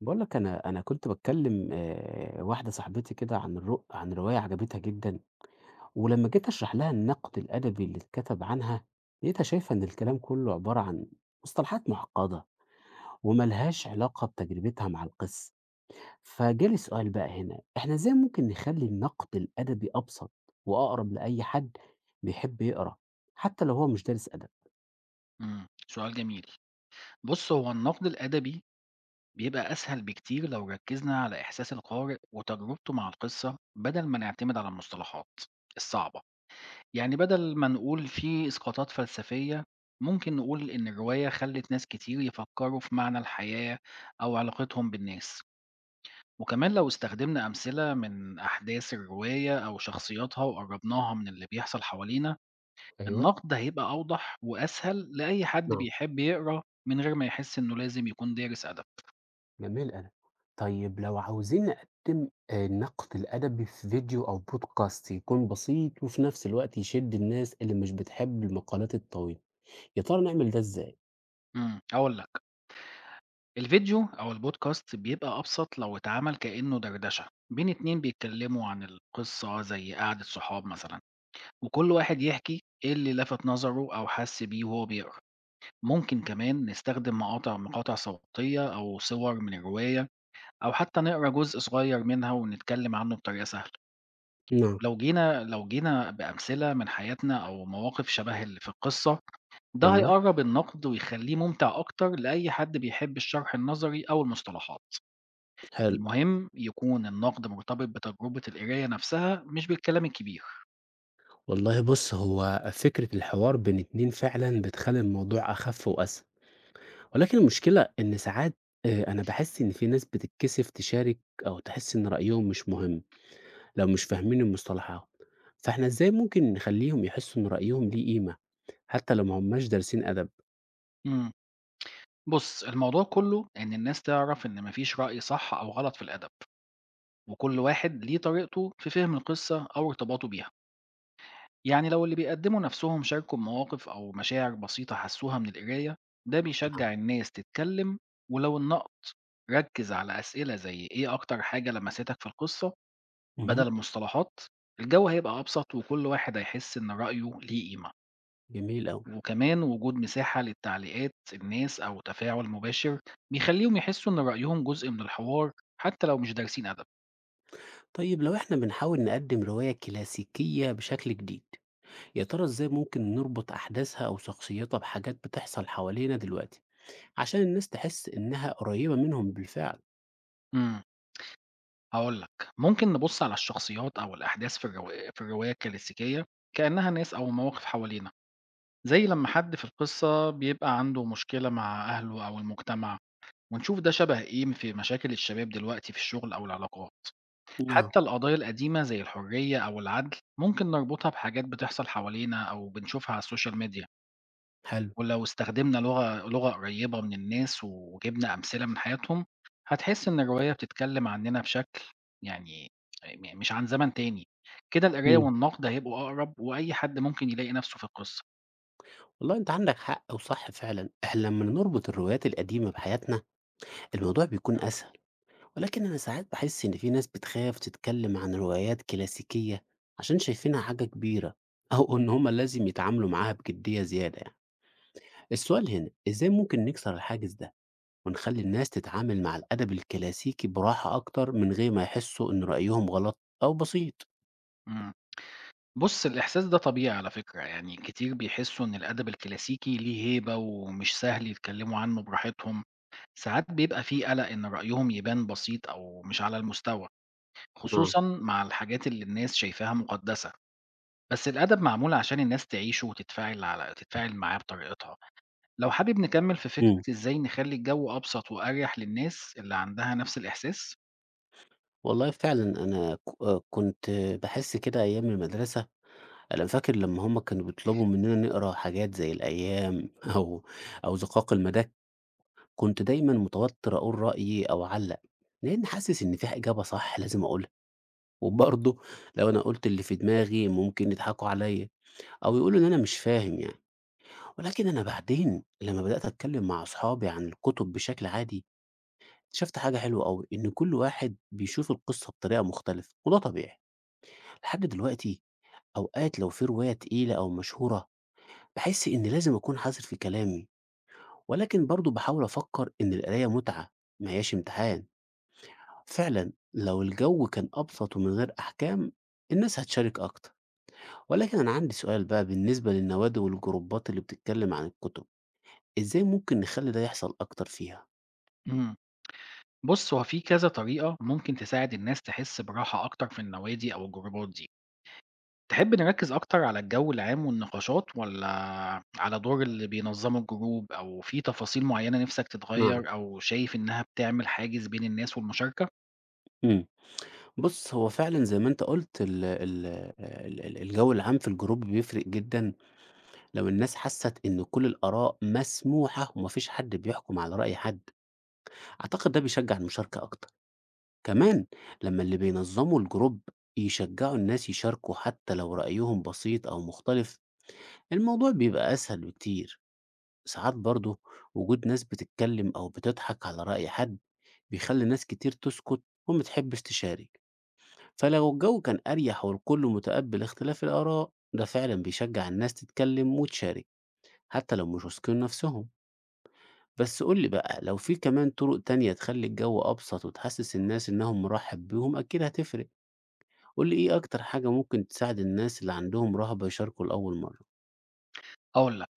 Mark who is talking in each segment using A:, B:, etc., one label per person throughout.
A: باقول لك أنا كنت باتكلّم واحدة صاحبتي كده عن عن رواية عجبتها جدًا، ولمّا جيت أشرح لها النقد الأدبي اللي اتكتب عنها، لقيتها شايفة إن الكلام كلّه عبارة عن مصطلحات معقّدة وما لهاش علاقة بتجربتها مع القِصّة. فجالي سؤال بقى هنا، إحنا إزاي ممكن نخلّي النقد الأدبي أبسط وأقرب لأي حد بيحب يقرا، حتى لو هو مش دارس أدب؟
B: سؤال جميل. بُص، هو النقد الأدبي بيبقى أسهل بكتير لو ركّزنا على إحساس القارئ وتجربته مع القصة بدل ما نعتمد على المصطلحات الصعبة. يعني بدل ما نقول في إسقاطات فلسفية، ممكن نقول إن الرواية خلّت ناس كتير يفكّروا في معنى الحياة أو علاقتهم بالناس. وكمان لو استخدمنا أمثلة من أحداث الرواية أو شخصياتها وقرّبناها من اللي بيحصل حوالينا، النقد هيبقى أوضح وأسهل لأي حد بيحب يقرا من غير ما يحس إنه لازم يكون دارس أدب.
A: جميل أوي. طيب لو عاوزين نقدم النقد الأدبي في فيديو أو بودكاست يكون بسيط وفي نفس الوقت يشد الناس اللي مش بتحب المقالات الطويلة، يا ترى نعمل ده إزاي؟
B: أقول لك، الفيديو أو البودكاست بيبقى أبسط لو اتعمل كأنه دردشة بين اتنين بيتكلموا عن القصة زي قعدة صحاب مثلا، وكل واحد يحكي إيه اللي لفت نظره أو حس بيه وهو بيقرا. ممكن كمان نستخدم مقاطع صوتية أو صور من الرواية، أو حتى نقرا جزء صغير منها ونتكلم عنه بطريقة سهلة.
A: نعم.
B: لو جينا بأمثلة من حياتنا أو مواقف شبه اللي في القصة، ده
A: أيوه،
B: هيقرّب النقد ويخلّيه ممتع أكتر لأي حد بيحب الشرح النظري أو المصطلحات.
A: حلو.
B: المهم يكون النقد مرتبط بتجربة القراية نفسها مش بالكلام الكبير.
A: والله بُص، هو فكرة الحوار بين اتنين فعلًا بتخلّي الموضوع أخف وأسهل، ولكن المشكلة إن ساعات أنا باحس إن في ناس بتتكسف تشارك أو تحس إن رأيهم مش مهم لو مش فاهمين المصطلحات، فإحنا إزاي ممكن نخلّيهم يحسوا إن رأيهم ليه قيمة؟ حتى لو ما هماش دارسين أدب.
B: إمم، بُص، الموضوع كلّه إن الناس تعرف إن ما فيش رأي صح أو غلط في الأدب، وكل واحد ليه طريقته في فهم القصة أو ارتباطه بيها. يعني لو اللي بيقدموا نفسهم شاركوا بمواقف أو مشاعر بسيطة حسوها من القراية، ده
A: آه،
B: بيشجع الناس تتكلم. ولو النقد ركز على أسئلة زي إيه أكتر حاجة لمستك في القصة
A: اهم.
B: بدل المصطلحات، الجو هيبقى أبسط وكل واحد هيحس إن رأيه ليه قيمة.
A: جميل أوي.
B: وكمان وجود مساحة للتعليقات الناس أو تفاعل مباشر بيخليهم يحسوا إن رأيهم جزء من الحوار، حتى لو مش دارسين أدب.
A: طيب لو إحنا بنحاول نقدّم رواية كلاسيكية بشكل جديد، يا ترى إزاي ممكن نربط أحداثها أو شخصيتها بحاجات بتحصل حوالينا دلوقتي، عشان الناس تحس إنها قريبة منهم بالفعل؟
B: مم. هاقول لك، ممكن نبُص على الشخصيات أو الأحداث في الرواية الكلاسيكية كأنها ناس أو مواقف حوالينا، زي لمّا حد في القصة بيبقى عنده مشكلة مع أهله أو المجتمع، ونشوف ده شبه إيه في مشاكل الشباب دلوقتي في الشغل أو العلاقات.
A: آه،
B: حتى القضايا القديمة زي الحرية أو العدل ممكن نربطها بحاجات بتحصل حوالينا أو بنشوفها على السوشيال ميديا.
A: حلو.
B: ولو استخدمنا لغة قريبة من الناس وجبنا أمثلة من حياتهم، هتحس إن الرواية بتتكلم عننا بشكل، يعني، مش عن زمن تاني. كده القراية
A: إمم.
B: والنقد هيبقوا أقرب وأي حد ممكن يلاقي نفسه في القصة.
A: والله أنت عندك حق وصح فعلًا، إحنا لمّا نربط الروايات القديمة بحياتنا، الموضوع بيكون أسهل. ولكن أنا ساعات باحس إن في ناس بتخاف تتكلم عن روايات كلاسيكية عشان شايفينها حاجة كبيرة أو إن هُم لازم يتعاملوا معاها بجدية زيادة يعني. السؤال هنا، إزاي ممكن نكسر الحاجز ده ونخلّي الناس تتعامل مع الأدب الكلاسيكي براحة أكتر من غير ما يحسوا إن رأيهم غلط أو بسيط؟
B: إمم. بُص، الإحساس ده طبيعي على فكرة، يعني كتير بيحسوا إن الأدب الكلاسيكي ليه هيبة ومش سهل يتكلموا عنه براحتهم، ساعات بيبقى في قلق إن رأيهم يبان بسيط أو مش على المستوى،
A: آه،
B: خصوصًا مع الحاجات اللي الناس شايفاها مقدسة. بس الأدب معمول عشان الناس تعيشه وتتفاعل على تتفاعل معاه بطريقتها. لو حابب نكمل في
A: إمم.
B: فكرة إزاي نخلّي الجو أبسط وأريح للناس اللي عندها نفس الإحساس؟
A: والله فعلًا أنا ك آه كنت باحس كده أيام المدرسة، أنا فاكر لمّا هُم كانوا بيطلبوا مننا نقرا حاجات زي الأيام أو أو زقاق المداح، كنت دايمًا متوتّر أقول رأيي أو أعلّق، لإني حاسس إن في إجابة صح لازم أقولها، وبرضه لو أنا قُلت اللي في دماغي ممكن يضحكوا عليَّ أو يقولوا إن أنا مش فاهم يعني، ولكن أنا بعدين لمّا بدأت أتكلّم مع أصحابي عن الكتب بشكل عادي، اكتشفت حاجة حلوة أوي، إن كل واحد بيشوف القصة بطريقة مختلفة وده طبيعي. لحد دلوقتي أوقات لو في رواية تقيلة أو مشهورة، باحس إني لازم أكون حذر في كلامي، ولكن برضه باحاول أفكّر إن القراية متعة ما هياش امتحان. فعلا لو الجو كان أبسط ومن غير أحكام، الناس هتشارك أكتر، ولكن أنا عندي سؤال بقى بالنسبة للنوادي والجروبات اللي بتتكلم عن الكتب، إزاي ممكن نخلي ده يحصل أكتر فيها؟
B: إمم، بُص، هو في كذا طريقة ممكن تساعد الناس تحس براحة أكتر في النوادي أو الجروبات دي. تحب نركّز أكتر على الجو العام والنقاشات، والّا على دور اللي بينظّموا الجروب، أو في تفاصيل معيّنة نِفْسك
A: نعم.
B: تتغيّر أو شايف إنها بتعمل حاجز بين الناس والمشاركة؟
A: مم. بص هو فعلا زي ما انت قلت الجو العام في الجروب بيفرق جدا، لو الناس حست ان كل الآراء مسموحة ومفيش حد بيحكم على رأي حد، أعتقد ده بيشجع المشاركة أكتر. كمان لما اللي بينظموا الجروب يشجعوا الناس يشاركوا حتى لو رأيهم بسيط أو مختلف، الموضوع بيبقى أسهل بكتير. ساعات برضه وجود ناس بتتكلم أو بتضحك على رأي حد بيخلي ناس كتير تسكت ومتحبش تشارك، فلو الجو كان أريح والكل متقبل اختلاف الآراء، ده فعلا بيشجع الناس تتكلم وتشارك حتى لو مش واثقين نفسهم. بس قولي بقى لو في كمان طرق تانية تخلي الجو أبسط وتحسس الناس إنهم مرحب بيهم، أكيد هتفرق. قُل لي إيه أكتر حاجة ممكن تساعد الناس اللي عندهم رهبة يشاركوا لأول مرة؟
B: أقول لك،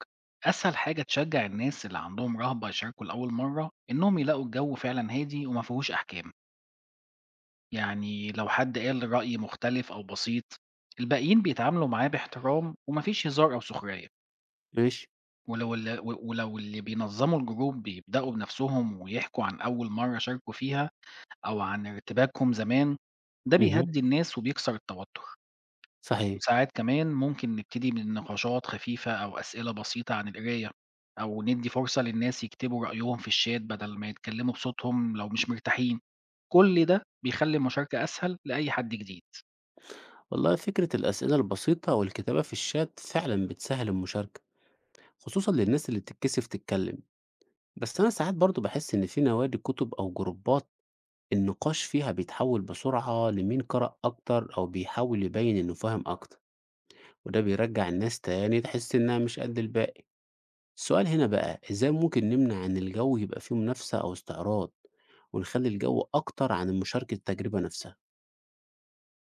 B: أسهل حاجة تشجع الناس اللي عندهم رهبة يشاركوا لأول مرة إنهم يلاقوا الجو فعلا هادي وما فيهوش أحكام. يعني لو حد قال رأي مختلف أو بسيط، الباقيين بيتعاملوا معاه باحترام ومفيش هزار أو سخرية.
A: ماشي.
B: ولو اللي بينظموا الجروب بيبدأوا بنفسهم ويحكوا عن أول مرة شاركوا فيها أو عن ارتباكهم زمان، ده
A: اهم.
B: بيهدي الناس وبيكسر التوتر.
A: صحيح.
B: وساعات كمان ممكن نبتدي من نقاشات خفيفة أو أسئلة بسيطة عن القراية، أو ندي فرصة للناس يكتبوا رأيهم في الشات بدل ما يتكلموا بصوتهم لو مش مرتاحين. كل ده بيخلي المشاركة أسهل لأي حد جديد.
A: والله فكرة الأسئلة البسيطة والكتابة في الشات فعلًا بتسهّل المشاركة، خصوصًا للناس اللي بتتكسف تتكلم. بس أنا ساعات برضه باحس إن في نوادي كُتب أو جروبات النقاش فيها بيتحوّل بسرعة لمين قرأ أكتر أو بيحاول يبيّن إنه فاهم أكتر، وده بيرجّع الناس تاني تحس إنها مش قد الباقي. السؤال هنا بقى، إزاي ممكن نمنع إن الجو يبقى فيه منافسة أو استعراض ونخلي الجو أكتر عن مشاركة التجربة نفسها؟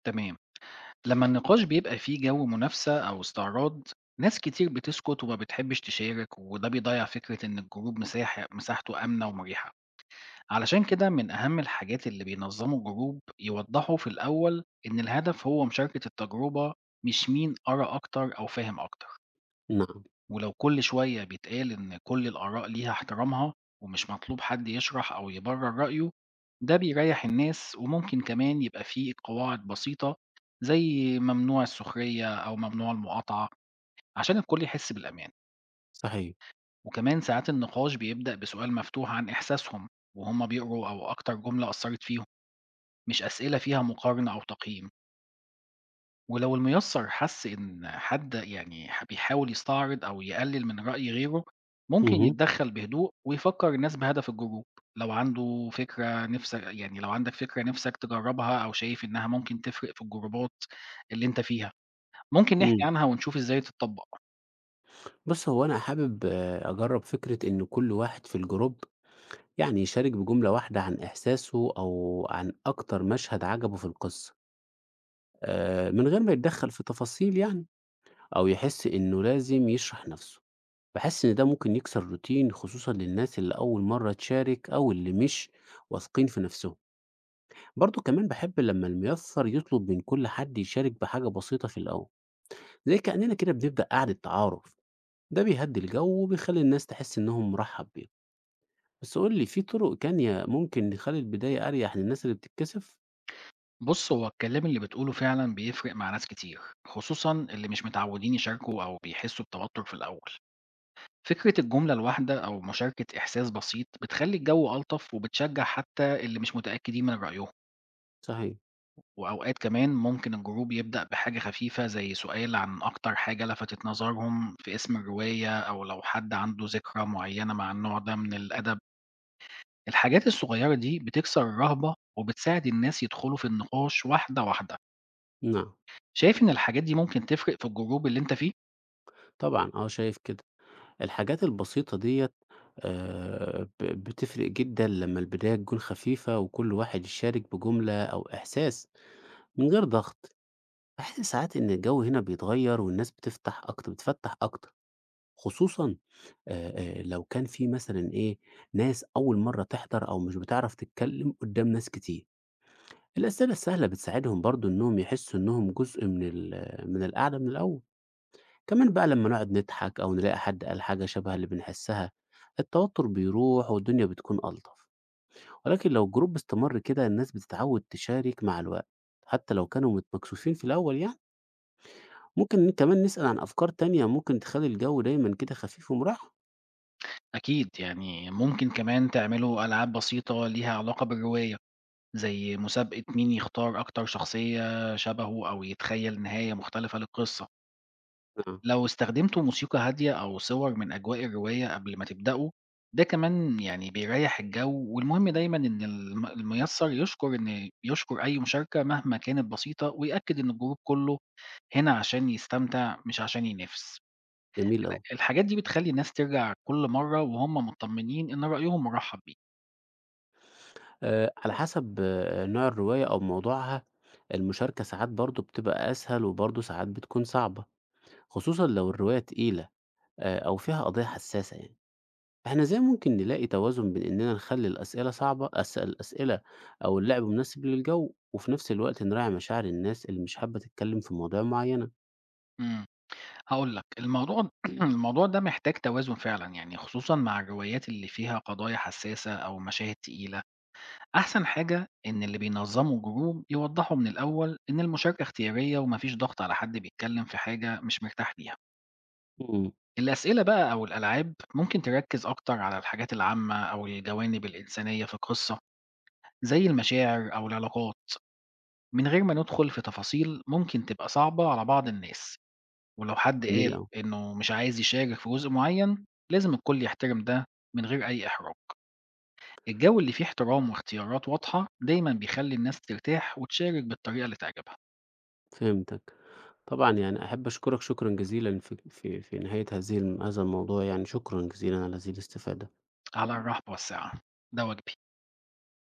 B: تمام. لما النقاش بيبقى فيه جو منافسة أو استعراض، ناس كتير بتسكت وما بتحبش تشارك، وده بيضيع فكرة إن الجروب مساحته آمنة ومريحة. علشان كده، من أهم الحاجات اللي بينظموا جروب يوضحوا في الأول إن الهدف هو مشاركة التجربة، مش مين قرأ أكتر أو فاهم أكتر.
A: نعم.
B: ولو كل شوية بيتقال إن كل الآراء ليها احترامها، ومش مطلوب حد يشرح أو يبرر رأيه، ده بيريح الناس. وممكن كمان يبقى فيه قواعد بسيطة، زي ممنوع السخرية أو ممنوع المقاطعة، عشان الكل يحس بالأمان.
A: صحيح.
B: وكمان ساعات النقاش بيبدأ بسؤال مفتوح عن إحساسهم وهما بيقروا، أو أكتر جملة أثرت فيهم، مش أسئلة فيها مقارنة أو تقييم. ولو المُيسّر حَس إن حد، يعني، بيحاول يستعرض أو يقلل من رأي غيره، ممكن
A: مه.
B: يتدخّل بهدوء ويفكّر الناس بهدف الجروب. لو عندك فكرة نِفْسك تجرّبها أو شايف إنها ممكن تفرق في الجروبات اللي أنت فيها، ممكن
A: مم.
B: نحكي عنها ونشوف إزاي تتطبّق.
A: بص هو أنا حابب أجرب فكرة إن كل واحد في الجروب يعني يشارك بجملة واحدة عن إحساسه أو عن أكتر مشهد عجبه في القصة، من غير ما يتدخل في تفاصيل يعني أو يحس إنه لازم يشرح نفسه. بحس إن ده ممكن يكسر روتين، خصوصا للناس اللي أول مرة تشارك أو اللي مش واثقين في نفسهم. برضه كمان باحب لمّا الميّسّر يطلب من كل حد يشارك بحاجة بسيطة في الأول، زي كأننا كده بنبدأ قعدة تعارف، ده بيهدّي الجو وبيخلّي الناس تحس إنهم مرحّب بيهم. بس قُل لي في طرق تانية ممكن نخلّي البداية أريح للناس اللي بتتكسف؟
B: بُص، هو الكلام اللي بتقوله فعلًا بيفرق مع ناس كتير، خصوصًا اللي مش متعوّدين يشاركوا أو بيحسّوا بتوتُّر في الأول. فكرة الجملة الواحدة أو مشاركة إحساس بسيط بتخلي الجو ألطف وبتشجع حتى اللي مش متأكدين من رأيهم.
A: صحيح.
B: وأوقات كمان ممكن الجروب يبدأ بحاجة خفيفة، زي سؤال عن أكتر حاجة لفتت نظرهم في اسم الرواية، أو لو حد عنده ذكرى معينة مع النوع ده من الأدب. الحاجات الصغيرة دي بتكسر الرهبة وبتساعد الناس يدخلوا في النقاش واحدة واحدة.
A: نعم.
B: شايف إن الحاجات دي ممكن تفرق في الجروب اللي أنت فيه؟
A: طبعًا شايف كده، الحاجات البسيطة ديّة ب بتفرق جدًا لمّا البداية تكون خفيفة وكل واحد يشارك بجملة أو إحساس من غير ضغط، باحس ساعات إن الجو هنا بيتغيّر والناس بتفتح أكتر بتفتّح أكتر. خصوصًا آآ لو كان في مثلًا إيه، ناس أول مرّة تحضر أو مش بتعرف تتكلّم قدّام ناس كتير. الأسئلة السهلة بتساعدهم برضه إنّهم يحسّوا إنّهم جزء من ال من القعدة من الأول. كمان بقى لمّا نقعد نضحك أو نلاقي حد قال حاجة شبه اللي بنحسّها، التوتُّر بيروح والدنيا بتكون ألطف. ولكن لو الجروب استمر كده الناس بتتعوّد تشارك مع الوقت، حتّى لو كانوا مكسوفين في الأول يعني. ممكن كمان نسأل عن أفكار تانية ممكن تخلّي الجو دايمًا كده خفيف ومريّح.
B: أكيد، يعني ممكن كمان تعملوا ألعاب بسيطة ليها علاقة بالرواية، زي مسابقة مين يختار أكتر شخصية شبهه، أو يتخيل نهاية مختلفة للقصة.
A: آه،
B: لو استخدمتوا موسيقى هادية أو صور من أجواء الرواية قبل ما تبدأوا، ده كمان، يعني، بيريح الجو. والمهم دايما إن الميسر يشكر أي مشاركة مهما كانت بسيطة، ويأكد إن الجروب كله هنا عشان يستمتع مش عشان ينافس.
A: جميل أوي.
B: الحاجات دي بتخلي الناس ترجع كل مرة وهم مطمنين إن رأيهم مرحب بيه.
A: على حسب نوع الرواية أو موضوعها، المشاركة ساعات برضه بتبقى أسهل وبرضه ساعات بتكون صعبة، خصوصًا لو الرواية تقيلة، أو فيها قضية حساسة يعني. إحنا إزاي ممكن نلاقي توازن بين إننا نخلّي الأسئلة صعبة الأسئلة أو اللعب مناسب للجو، وفي نفس الوقت نراعي مشاعر الناس اللي مش حابة تتكلم في مواضيع معينة؟
B: مم. هاقول لك، الموضوع ده محتاج توازن فعلًا، يعني خصوصًا مع الروايات اللي فيها قضايا حساسة أو مشاهد تقيلة. أحسن حاجة إن اللي بينظموا جروب يوضحوا من الأول إن المشاركة اختيارية، وما فيش ضغط على حد بيتكلم في حاجة مش مرتاح ليها.
A: إمم،
B: الأسئلة بقى أو الألعاب ممكن تركز أكتر على الحاجات العامة أو الجوانب الإنسانية في القصة، زي المشاعر أو العلاقات، من غير ما ندخل في تفاصيل ممكن تبقى صعبة على بعض الناس. ولو حد
A: جميل
B: قال
A: أوي،
B: إنه مش عايز يشارك في جزء معين، لازم الكل يحترم ده من غير أي إحراج. الجو اللي فيه احترام واختيارات واضحة دايما بيخلي الناس ترتاح وتشارك بالطريقة اللي تعجبها.
A: فهمتك. طبعًا يعني أحب أشكرك شكرًا جزيلًا في في نهاية هذه الم هذا الموضوع يعني، شكرًا جزيلًا على هذه الاستفادة.
B: على الرحب والسعة، ده واجبي.